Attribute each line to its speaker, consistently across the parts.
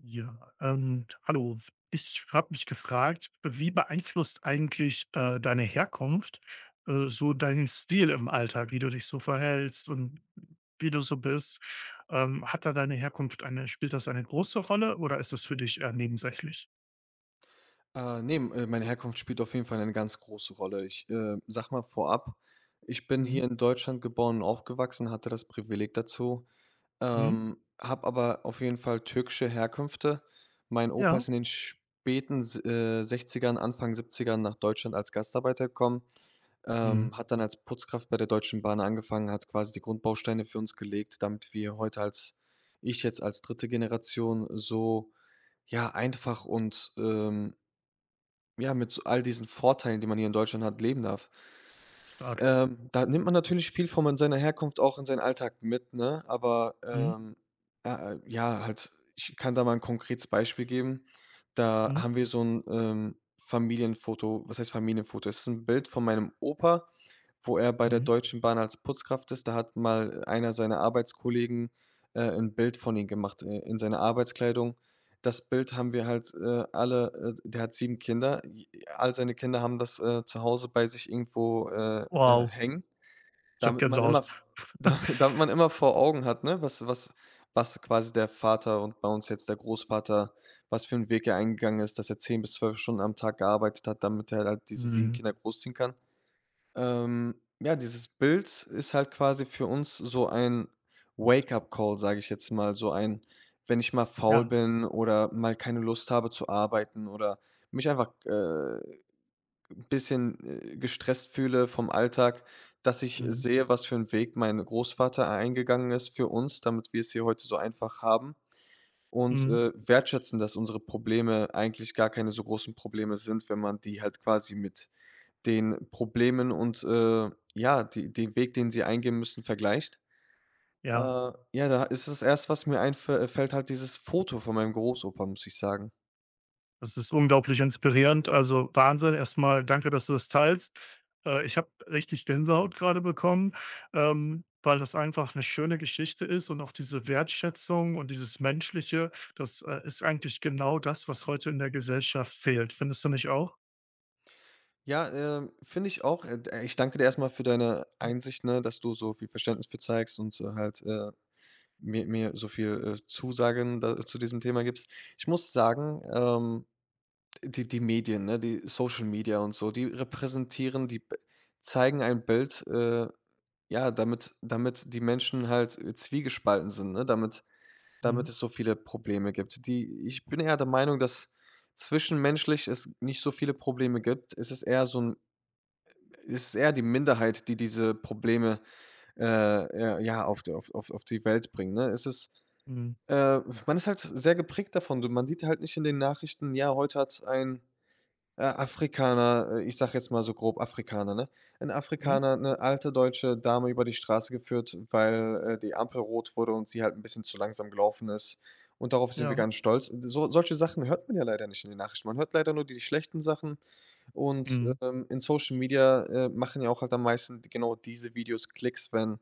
Speaker 1: Ja, Hallo. Ich habe mich gefragt, wie beeinflusst eigentlich deine Herkunft so deinen Stil im Alltag, wie du dich so verhältst und wie du so bist? Hat da deine Herkunft eine, spielt das eine große Rolle oder ist das für dich eher nebensächlich?
Speaker 2: Ne, m Meine Herkunft spielt auf jeden Fall eine ganz große Rolle. Ich, sage mal vorab, ich bin
Speaker 1: Mhm.
Speaker 2: hier in Deutschland geboren und aufgewachsen, hatte das Privileg dazu,
Speaker 1: Mhm.
Speaker 2: habe aber auf jeden Fall türkische Herkünfte. Mein Opa ist
Speaker 1: Ja.
Speaker 2: in den späten s 60ern, Anfang 70ern nach Deutschland als Gastarbeiter gekommen,
Speaker 1: Mhm.
Speaker 2: hat dann als Putzkraft bei der Deutschen Bahn angefangen, hat quasi die Grundbausteine für uns gelegt, damit wir heute als ich jetzt als dritte Generation so, ja, einfach und, ja, mit so all diesen Vorteilen, die man hier in Deutschland hat, leben darf.
Speaker 1: Stark.
Speaker 2: Da nimmt man natürlich viel von man seiner Herkunft auch in seinen Alltag mit, ne? Aber,
Speaker 1: Mhm.
Speaker 2: ja, äh, ja, halt ich kann da mal ein konkretes Beispiel geben. Da
Speaker 1: Mhm.
Speaker 2: haben wir so ein Familienfoto, was heißt Familienfoto? Es ist ein Bild von meinem Opa, wo er bei der
Speaker 1: Mhm.
Speaker 2: Deutschen Bahn als Putzkraft ist. Da hat mal einer seiner Arbeitskollegen, 'n Bild von ihm gemacht, in seiner Arbeitskleidung. Das Bild haben wir halt, alle der hat 7 Kinder. J All seine Kinder haben das, zu Hause bei sich irgendwo,
Speaker 1: Wow,
Speaker 2: hängen,
Speaker 1: ich habe
Speaker 2: damit man immer
Speaker 1: Gänsehaut.
Speaker 2: v da damit man immer vor Augen hat, ne, was was quasi der Vater und bei uns jetzt der Großvater, was für einen Weg er eingegangen ist, dass er 10 bis 12 Stunden am Tag gearbeitet hat, damit er halt diese 7
Speaker 1: Mhm.
Speaker 2: Kinder großziehen kann. Ähm, ja, dieses Bild ist halt quasi für uns so ein Wake-up-Call, sage ich jetzt mal, so ein, wenn ich mal faul
Speaker 1: Ja.
Speaker 2: bin oder mal keine Lust habe zu arbeiten oder mich einfach 'n bisschen, gestresst fühle vom Alltag, dass ich
Speaker 1: Mhm.
Speaker 2: sehe, was für einen Weg mein Großvater eingegangen ist für uns, damit wir es hier heute so einfach haben und,
Speaker 1: Mhm.
Speaker 2: wertschätzen, dass unsere Probleme eigentlich gar keine so großen Probleme sind, wenn man die halt quasi mit den Problemen und, ja, die den Weg, den sie eingehen müssen, vergleicht. Äh,
Speaker 1: Ja.
Speaker 2: ja, da ist es erst, was mir einfällt, halt dieses Foto von meinem Großopa, muss ich sagen.
Speaker 1: Das ist unglaublich inspirierend. Also, Wahnsinn. Erstmal danke, dass du das teilst. Ich habe richtig Gänsehaut gerade bekommen, weil das einfach eine schöne Geschichte ist und auch diese Wertschätzung und dieses Menschliche, das, ist eigentlich genau das, was heute in der Gesellschaft fehlt. Findest du nicht auch?
Speaker 2: Ja, finde ich auch. Ich danke dir erstmal für deine
Speaker 1: Mhm,
Speaker 2: Einsicht, ne, dass du so viel Verständnis für zeigst und so halt, mir so viel, Zusagen da zu diesem Thema gibst. Ich muss sagen, die die Medien, ne, die Social Media und so, die repräsentieren, die b zeigen ein Bild, ja, damit die Menschen halt, zwiegespalten sind, ne, damit
Speaker 1: mhm,
Speaker 2: es so viele Probleme gibt. Die, ich bin eher der Meinung, dass zwischenmenschlich es nicht so viele Probleme gibt. Es ist eher die Minderheit, die diese Probleme, äh, ja, auf die Welt bringt, ne? Es ist
Speaker 1: mhm,
Speaker 2: äh, man ist halt sehr geprägt davon. Du, man sieht halt nicht in den Nachrichten: „Ja, heute hat ein Afrikaner, ich sage jetzt mal so grob Afrikaner, ne? Ein
Speaker 1: mhm,
Speaker 2: Afrikaner eine alte deutsche Dame über die Straße geführt, weil, die Ampel rot wurde und sie halt ein bisschen zu langsam gelaufen ist. Und darauf sind wir
Speaker 1: ja.
Speaker 2: ganz stolz.“ So solche Sachen hört man ja leider nicht in den Nachrichten. Man hört leider nur die schlechten Sachen und,
Speaker 1: Mhm,
Speaker 2: in Social Media, machen ja auch halt am meisten genau diese Videos Klicks, wenn,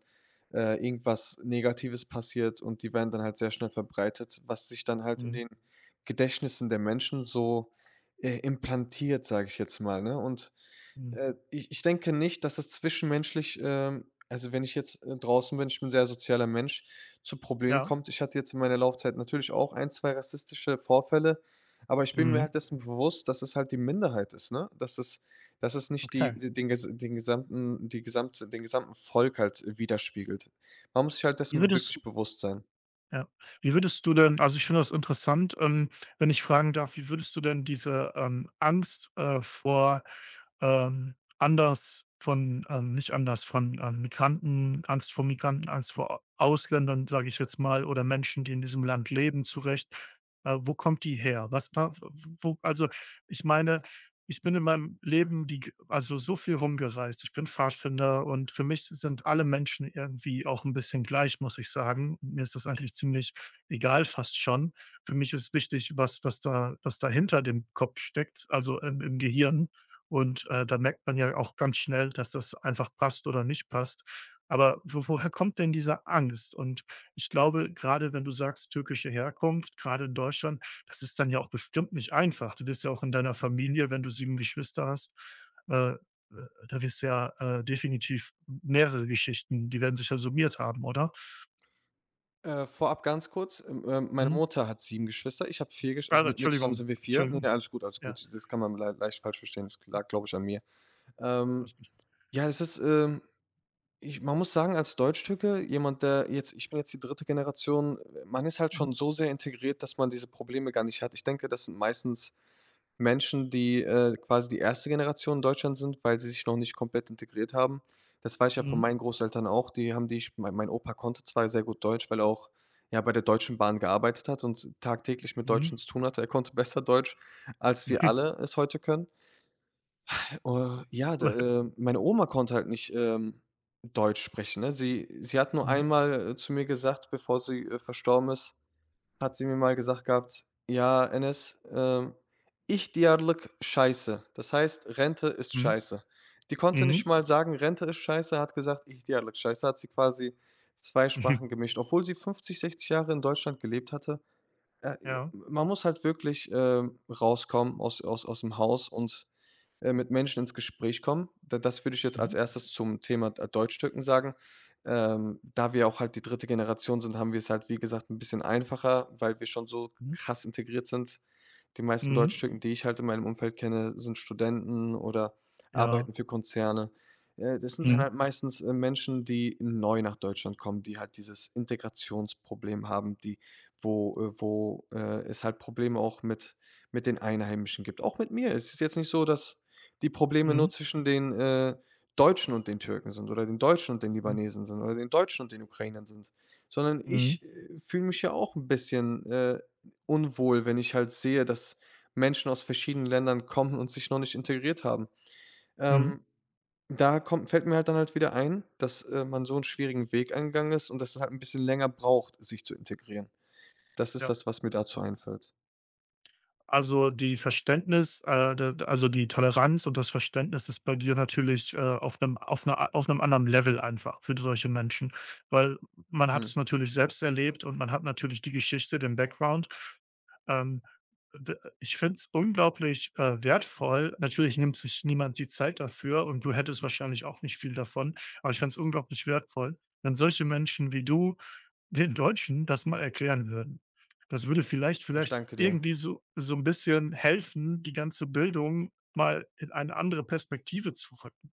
Speaker 2: irgendwas Negatives passiert, und die werden dann halt sehr schnell verbreitet, was sich dann halt in
Speaker 1: mhm,
Speaker 2: den Gedächtnissen der Menschen so implantiert, sage ich jetzt mal, ne? Und,
Speaker 1: mhm,
Speaker 2: ich denke nicht, dass es zwischenmenschlich, also, wenn ich jetzt, draußen bin, ich bin 'n sehr sozialer Mensch, zu Problemen
Speaker 1: ja,
Speaker 2: kommt. Ich hatte jetzt in meiner Laufzeit natürlich auch ein, 2 rassistische Vorfälle, aber ich bin mir
Speaker 1: mhm,
Speaker 2: halt dessen bewusst, dass es halt die Minderheit ist, ne? Dass es nicht die
Speaker 1: okay.
Speaker 2: de den ges den gesamten die gesamte den gesamten Volk halt widerspiegelt. Man muss sich halt dessen
Speaker 1: Wie
Speaker 2: be
Speaker 1: würdest
Speaker 2: wirklich bewusst sein.
Speaker 1: Ja. Wie würdest du denn also, ich finde das interessant, wenn ich fragen darf, wie würdest du denn diese, Angst, vor, anders von nicht anders, von, Migranten, Angst vor A Ausländern, sage ich jetzt mal, oder Menschen, die in diesem Land leben, zurecht? Wo kommt die her? Was wa Wo also, ich meine ich bin in meinem Leben die also, so viel rumgereist. Ich bin Pfadfinder und für mich sind alle Menschen irgendwie auch ein bisschen gleich, muss ich sagen. Mir ist das eigentlich ziemlich egal fast schon. Für mich ist wichtig, was da hinter dem Kopf steckt, also, im Gehirn. Und, da merkt man ja auch ganz schnell, dass das einfach passt oder nicht passt. Aber wo woher kommt denn diese Angst? Und ich glaube, gerade wenn du sagst türkische Herkunft, gerade in Deutschland, das ist dann ja auch bestimmt nicht einfach. Du bist ja auch in deiner Familie, wenn du 7 Geschwister hast, äh, äh, da wirst du ja, definitiv mehrere Geschichten, die werden sich ja summiert haben, oder?
Speaker 2: Vorab ganz kurz, meine
Speaker 1: Mhm.
Speaker 2: Mutter hat 7 Geschwister, ich habe 4 Geschwister,
Speaker 1: Ah,
Speaker 2: also mit mir zusammen
Speaker 1: Entschuldigung,
Speaker 2: sind wir vier. Ne, ne,
Speaker 1: Entschuldigung.
Speaker 2: alles gut, alles
Speaker 1: Ja,
Speaker 2: gut. Das kann man leicht falsch verstehen. Das lag, glaube ich, an mir. Ähm,
Speaker 1: alles gut.
Speaker 2: ja, es ist, ich, man muss sagen, als Deutschtürke, jemand, der jetzt, ich bin jetzt die dritte Generation, man ist halt schon so sehr integriert, dass man diese Probleme gar nicht hat. Ich denke, das sind meistens Menschen, die, quasi die erste Generation in Deutschland sind, weil sie sich noch nicht komplett integriert haben. Das weiß ich ja von
Speaker 1: Mhm,
Speaker 2: meinen Großeltern auch, die haben, die mein Opa konnte zwar sehr gut Deutsch, weil er auch, ja, bei der Deutschen Bahn gearbeitet hat und tagtäglich mit
Speaker 1: mhm,
Speaker 2: Deutschen zu tun hatte. Er konnte besser Deutsch, als wir
Speaker 1: mhm.
Speaker 2: alle es heute können. Ja, d Meine Oma konnte halt nicht, Deutsch sprechen, ne? Sie hat nur
Speaker 1: Mhm,
Speaker 2: einmal, zu mir gesagt, bevor sie, verstorben ist, hat sie mir mal gesagt gehabt: „Ja, Enes, ihtiyarlık scheiße.“ Das heißt, Rente ist
Speaker 1: mhm,
Speaker 2: scheiße. Die
Speaker 1: mhm,
Speaker 2: konnte nicht
Speaker 1: mhm.
Speaker 2: mal sagen, Rente ist scheiße, hat gesagt, ihtiyarlık scheiße, hat sie quasi 2 Sprachen gemischt. Obwohl sie 50, 60 Jahre in Deutschland gelebt hatte, j
Speaker 1: Ja.
Speaker 2: man muss halt wirklich, rauskommen aus dem Haus und, mit Menschen ins Gespräch kommen. Da Das würde ich jetzt
Speaker 1: Mhm,
Speaker 2: als Erstes zum Thema d Deutschtücken sagen. Da wir auch halt die dritte Generation sind, haben wir es halt, wie gesagt, ein bisschen einfacher, weil wir schon so
Speaker 1: mhm,
Speaker 2: krass integriert sind. Die meisten
Speaker 1: mhm.
Speaker 2: Deutschtücken, die ich halt in meinem Umfeld kenne, sind Studenten oder
Speaker 1: Ja.
Speaker 2: arbeiten für Konzerne. Das sind
Speaker 1: Mhm,
Speaker 2: halt meistens, Menschen, die neu nach Deutschland kommen, die halt dieses Integrationsproblem haben, die wo wo, es halt Probleme auch mit den Einheimischen gibt. Auch mit mir. Es ist jetzt nicht so, dass die Probleme nur
Speaker 1: mhm,
Speaker 2: zwischen den, Deutschen und den Türken sind oder den Deutschen und den
Speaker 1: mhm,
Speaker 2: Libanesen sind oder den Deutschen und den Ukrainern sind, sondern
Speaker 1: mhm,
Speaker 2: ich, fühle mich ja auch ein bisschen, unwohl, wenn ich halt sehe, dass Menschen aus verschiedenen Ländern kommen und sich noch nicht integriert haben.
Speaker 1: mhm,
Speaker 2: Ähm, da kommt Fällt mir halt dann halt wieder ein, dass, man so einen schwierigen Weg eingegangen ist und dass es halt ein bisschen länger braucht, sich zu integrieren. Das ist
Speaker 1: ja.
Speaker 2: das, was mir dazu einfällt.
Speaker 1: Also, die Verständnis d d also, die Toleranz und das Verständnis ist bei dir natürlich, auf einem auf einer auf einem anderen Level einfach für solche Menschen, weil man hat es
Speaker 2: Mhm.
Speaker 1: natürlich selbst erlebt und man hat natürlich die Geschichte, den Background. Ähm, d Ich finde es unglaublich, wertvoll. Natürlich nimmt sich niemand die Zeit dafür und du hättest wahrscheinlich auch nicht viel davon, aber ich finde es unglaublich wertvoll, wenn solche Menschen wie du den Deutschen das mal erklären würden. Das würde vielleicht
Speaker 2: Ich
Speaker 1: vielleicht
Speaker 2: danke dir.
Speaker 1: irgendwie so ein bisschen helfen, die ganze Bildung mal in eine andere Perspektive zu rücken,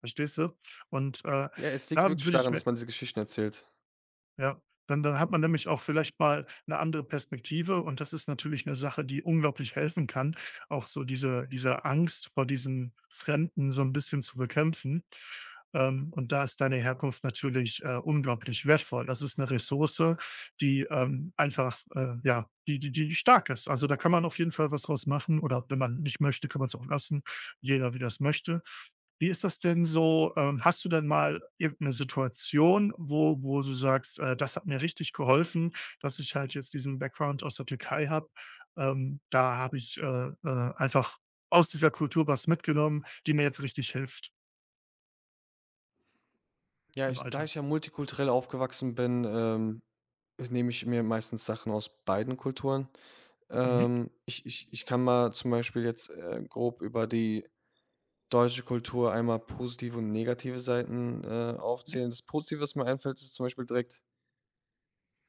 Speaker 1: verstehst du? Und,
Speaker 2: Ja, es liegt
Speaker 1: da
Speaker 2: wirklich
Speaker 1: würde ich
Speaker 2: daran, dass
Speaker 1: mir
Speaker 2: man diese Geschichten erzählt.
Speaker 1: ja, dann dann hat man nämlich auch vielleicht mal eine andere Perspektive und das ist natürlich eine Sache, die unglaublich helfen kann, auch so diese Angst vor diesem Fremden so ein bisschen zu bekämpfen. Und da ist deine Herkunft natürlich, unglaublich wertvoll. Das ist eine Ressource, die, einfach, ja, die die stark ist. Also, da kann man auf jeden Fall was draus machen oder wenn man nicht möchte, kann man es auch lassen. Jeder, wie das möchte. Wie ist das denn so? Hast du denn mal irgendeine Situation, wo du sagst: das hat mir richtig geholfen, dass ich halt jetzt diesen Background aus der Türkei habe. Da habe ich, einfach aus dieser Kultur was mitgenommen, die mir jetzt richtig hilft
Speaker 2: Ja,
Speaker 1: im
Speaker 2: ich, da
Speaker 1: Alltag.“
Speaker 2: ich ja multikulturell aufgewachsen bin, nehme ich mir meistens Sachen aus beiden Kulturen.
Speaker 1: Mhm,
Speaker 2: Ich kann mal zum Beispiel jetzt grob über die deutsche Kultur einmal positive und negative Seiten
Speaker 1: mhm,
Speaker 2: aufzählen. Das Positive, was mir einfällt, ist zum Beispiel direkt,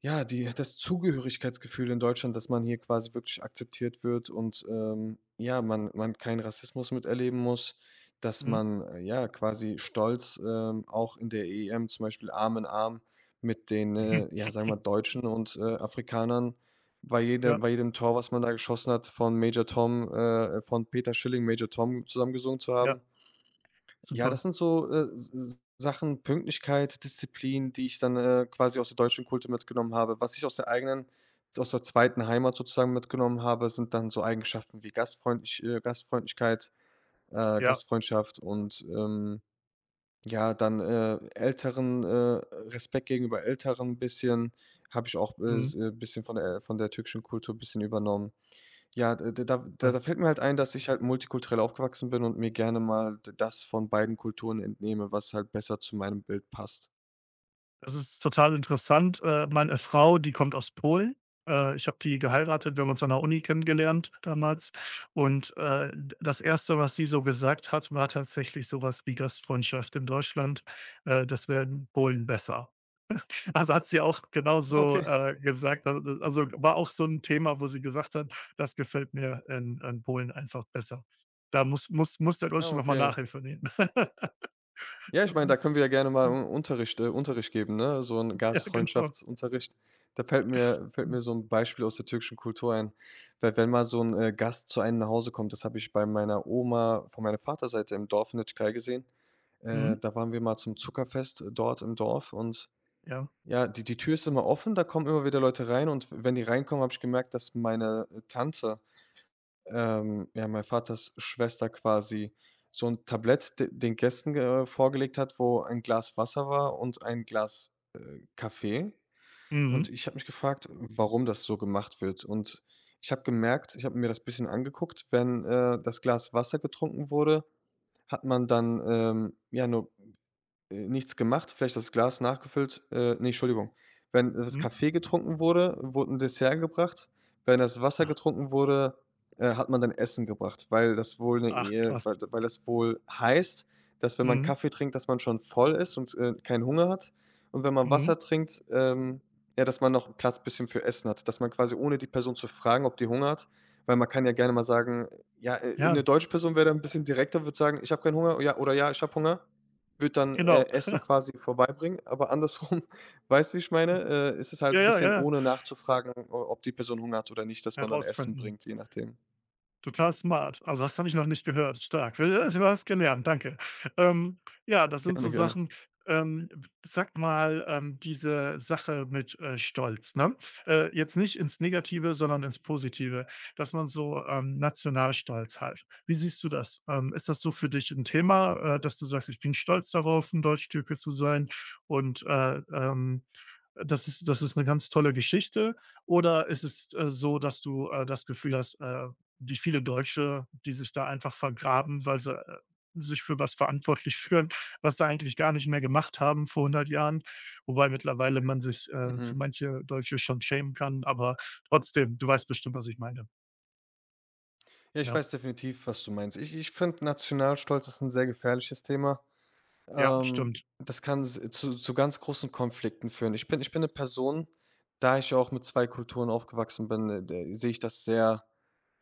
Speaker 2: ja, die, das Zugehörigkeitsgefühl in Deutschland, dass man hier quasi wirklich akzeptiert wird und, ja, man keinen Rassismus miterleben muss, dass
Speaker 1: mhm,
Speaker 2: man, ja, quasi stolz, auch in der EM zum Beispiel Arm in Arm mit den,
Speaker 1: mhm.
Speaker 2: ja, sagen wir, Deutschen und, Afrikanern
Speaker 1: Ja,
Speaker 2: bei jedem Tor, was man da geschossen hat, von Major Tom, von Peter Schilling „Major Tom“ zusammengesungen zu haben.
Speaker 1: ja,
Speaker 2: Ja, das
Speaker 1: super.
Speaker 2: sind so, S S Sachen, Pünktlichkeit, Disziplin, die ich dann, quasi aus der deutschen Kultur mitgenommen habe. Was ich aus der eigenen, aus der zweiten Heimat sozusagen mitgenommen habe, sind dann so Eigenschaften wie Gastfreundlichkeit,
Speaker 1: Ja,
Speaker 2: Gastfreundschaft und, ja, dann, Respekt gegenüber Älteren ein bisschen, habe ich auch, ein
Speaker 1: mhm.
Speaker 2: s bisschen von der türkischen Kultur ein bisschen übernommen. Ja, d da da da fällt mir halt ein, dass ich halt multikulturell aufgewachsen bin und mir gerne mal d das von beiden Kulturen entnehme, was halt besser zu meinem Bild passt.
Speaker 1: Das ist total interessant. Meine Frau, die kommt aus Polen. Ich habe die geheiratet, wir haben uns an der Uni kennengelernt damals. Und, das erste, was sie so gesagt hat, war tatsächlich so was wie Gastfreundschaft in Deutschland, das wäre in Polen besser. Also, hat sie auch genauso,
Speaker 2: Okay,
Speaker 1: gesagt. Also, war auch so ein Thema, wo sie gesagt hat: „Das gefällt mir in Polen einfach besser.“ Da muss der
Speaker 2: ah,
Speaker 1: Deutsche noch mal
Speaker 2: okay.
Speaker 1: Nachhilfe nehmen.
Speaker 2: Ja, ich
Speaker 1: Das
Speaker 2: meine, da können
Speaker 1: ist
Speaker 2: wir ja gerne mal Un Unterricht geben, ne? So ein
Speaker 1: ja, genau.
Speaker 2: Gastfreundschaftsunterricht. Da fällt
Speaker 1: Mhm.
Speaker 2: mir so ein Beispiel aus der türkischen Kultur ein. Weil wenn mal so ein Gast zu einem nach Hause kommt, das habe ich bei meiner Oma von meiner Vaterseite im Dorf in der Türkei gesehen.
Speaker 1: Mhm.
Speaker 2: Da waren wir mal zum Zuckerfest dort im Dorf und,
Speaker 1: Ja.
Speaker 2: ja, die die Tür ist immer offen, da kommen immer wieder Leute rein, und wenn die reinkommen, habe ich gemerkt, dass meine Tante, ja, mein Vaters Schwester quasi, so ein Tablett de den Gästen, vorgelegt hat, wo ein Glas Wasser war und ein Glas Kaffee. Und
Speaker 1: Mhm.
Speaker 2: ich habe mich gefragt, warum das so gemacht wird. Und ich habe gemerkt, ich habe mir das bisschen angeguckt, wenn, das Glas Wasser getrunken wurde, hat man dann, ja, nur nichts gemacht, vielleicht das Glas nachgefüllt ne, Entschuldigung. Wenn das
Speaker 1: Mhm.
Speaker 2: Kaffee getrunken wurde, wurde ein Dessert gebracht. Wenn das Wasser getrunken wurde, hat man dann Essen gebracht, weil das wohl 'ne
Speaker 1: Ach krass.
Speaker 2: weil das wohl heißt, dass, wenn man
Speaker 1: Mhm,
Speaker 2: Kaffee trinkt, dass man schon voll ist und keinen Hunger hat. Und wenn man
Speaker 1: mhm.
Speaker 2: Wasser trinkt, ja, dass man noch Platz bisschen für Essen hat, dass man quasi ohne die Person zu fragen, ob die Hunger hat, weil man kann ja gerne mal sagen, ja, 'ne
Speaker 1: Ja,
Speaker 2: deutsche Person wäre da 'n bisschen direkter, würde sagen: „Ich habe keinen Hunger“, ja, oder: „Ja, ich habe Hunger.“ Würde dann
Speaker 1: genau.
Speaker 2: Essen quasi vorbeibringen, aber andersrum, weißt du, wie ich meine? Ist es halt
Speaker 1: Ja,
Speaker 2: ein
Speaker 1: ja, ja,
Speaker 2: bisschen
Speaker 1: ja.
Speaker 2: ohne nachzufragen, o ob die Person Hunger hat oder nicht, dass man dann Essen
Speaker 1: Herausfinden.
Speaker 2: bringt, je nachdem.
Speaker 1: Total smart. Also, das habe ich noch nicht gehört. Stark. Du hast gelernt, danke. Ähm, ja, das sind
Speaker 2: Gerne,
Speaker 1: so
Speaker 2: gerne.
Speaker 1: Sachen, ähm, sag mal, diese Sache mit, Stolz, ne? Jetzt nicht ins Negative, sondern ins Positive, dass man so, Nationalstolz hat. Wie siehst du das? Ist das so für dich ein Thema, dass du sagst: „Ich bin stolz darauf, ein Deutschtürke zu sein“ und, äh, ähm, das ist das ist eine ganz tolle Geschichte oder ist es, so, dass du, das Gefühl hast, wie viele Deutsche, die sich da einfach vergraben, weil sie, sich für was verantwortlich fühlen, was sie eigentlich gar nicht mehr gemacht haben vor 100 Jahren, wobei mittlerweile man sich, für
Speaker 2: Mhm.
Speaker 1: manche Deutsche schon schämen kann, aber trotzdem, du weißt bestimmt, was ich meine.
Speaker 2: Ja, ich
Speaker 1: Ja,
Speaker 2: weiß definitiv, was du meinst. Ich finde, Nationalstolz ist ein sehr gefährliches Thema.
Speaker 1: ja,
Speaker 2: Ähm,
Speaker 1: stimmt.
Speaker 2: Das kann s zu ganz großen Konflikten führen. Ich bin eine Person, da ich ja auch mit 2 Kulturen aufgewachsen bin, d sehe ich das sehr,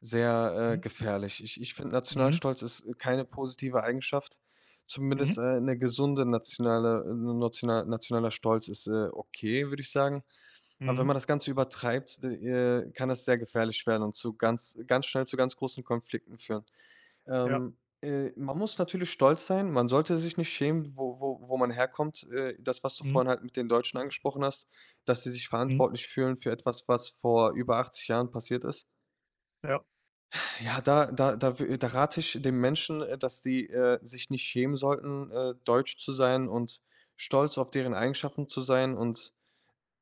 Speaker 2: sehr,
Speaker 1: Mhm,
Speaker 2: gefährlich. Ich finde,
Speaker 1: mhm,
Speaker 2: Nationalstolz ist keine positive Eigenschaft. Zumindest,
Speaker 1: mhm,
Speaker 2: 'ne gesunde nationale nationaler Stolz ist okay, würde ich sagen. Aber wenn
Speaker 1: mhm,
Speaker 2: man das Ganze übertreibt, kann das sehr gefährlich werden und zu ganz großen Konflikten führen.
Speaker 1: ja,
Speaker 2: Man muss natürlich stolz sein. Man sollte sich nicht schämen, wo man herkommt. Das, was du
Speaker 1: mhm,
Speaker 2: vorhin halt mit den Deutschen angesprochen hast, dass sie sich
Speaker 1: mhm,
Speaker 2: verantwortlich fühlen für etwas, was vor über 80 Jahren passiert ist.
Speaker 1: ja,
Speaker 2: Ja, da rate ich den Menschen, dass die sich nicht schämen sollten, deutsch zu sein und stolz auf deren Eigenschaften zu sein und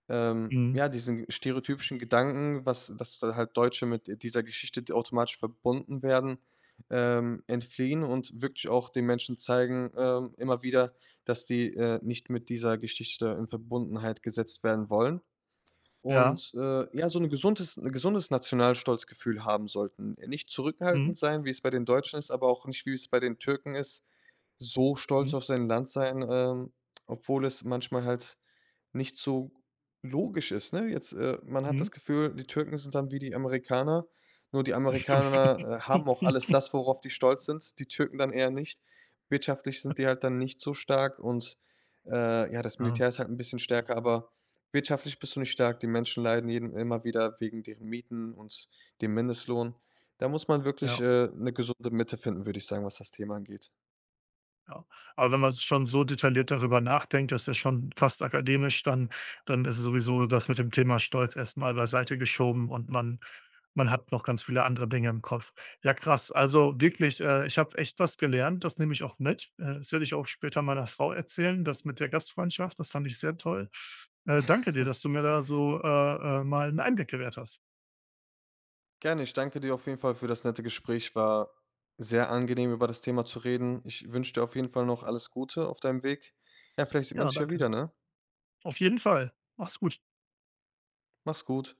Speaker 1: mhm,
Speaker 2: ja, diesen stereotypischen Gedanken, was dass da halt Deutsche mit dieser Geschichte die automatisch verbunden werden, entfliehen und wirklich auch den Menschen zeigen, immer wieder, dass die nicht mit dieser Geschichte in Verbundenheit gesetzt werden wollen.
Speaker 1: ja,
Speaker 2: Und, ja, so ein gesundes 'n gesundes Nationalstolzgefühl haben sollten. Nicht
Speaker 1: mhm,
Speaker 2: zurückhaltend sein, wie es bei den Deutschen ist, aber auch nicht, wie es bei den Türken ist. So stolz
Speaker 1: mhm,
Speaker 2: auf sein Land sein, obwohl es manchmal halt nicht so logisch ist, ne? Jetzt, man hat
Speaker 1: mhm.
Speaker 2: das Gefühl, die Türken sind dann wie die Amerikaner, nur die
Speaker 1: Stimmt.
Speaker 2: Amerikaner haben auch alles das, worauf die stolz sind, die Türken dann eher nicht. Wirtschaftlich sind die halt dann nicht so stark und, ja, das
Speaker 1: Ja,
Speaker 2: Militär ist halt ein bisschen stärker, aber wirtschaftlich bist du nicht stark. Die Menschen leiden jeden immer wieder wegen deren Mieten und dem Mindestlohn. Da muss man wirklich,
Speaker 1: ja.
Speaker 2: 'ne gesunde Mitte finden, würde ich sagen, was das Thema angeht.
Speaker 1: Ja. Aber wenn man schon so detailliert darüber nachdenkt, das ist ja schon fast akademisch, dann dann ist sowieso das mit dem Thema Stolz erstmal beiseite geschoben und man man hat noch ganz viele andere Dinge im Kopf. Ja, krass. Also wirklich, ich habe echt was gelernt, das nehme ich auch mit. Das werde ich auch später meiner Frau erzählen, das mit der Gastfreundschaft, das fand ich sehr toll. Danke dir, dass du mir da so, mal einen Einblick gewährt hast.
Speaker 2: Gerne, ich danke dir auf jeden Fall für das nette Gespräch. War sehr angenehm, über das Thema zu reden. Ich wünsche dir auf jeden Fall noch alles Gute auf deinem Weg. Ja, vielleicht sieht man
Speaker 1: Ja,
Speaker 2: sich ja
Speaker 1: danke.
Speaker 2: wieder, ne?
Speaker 1: Auf jeden Fall. Mach's gut.
Speaker 2: Mach's gut.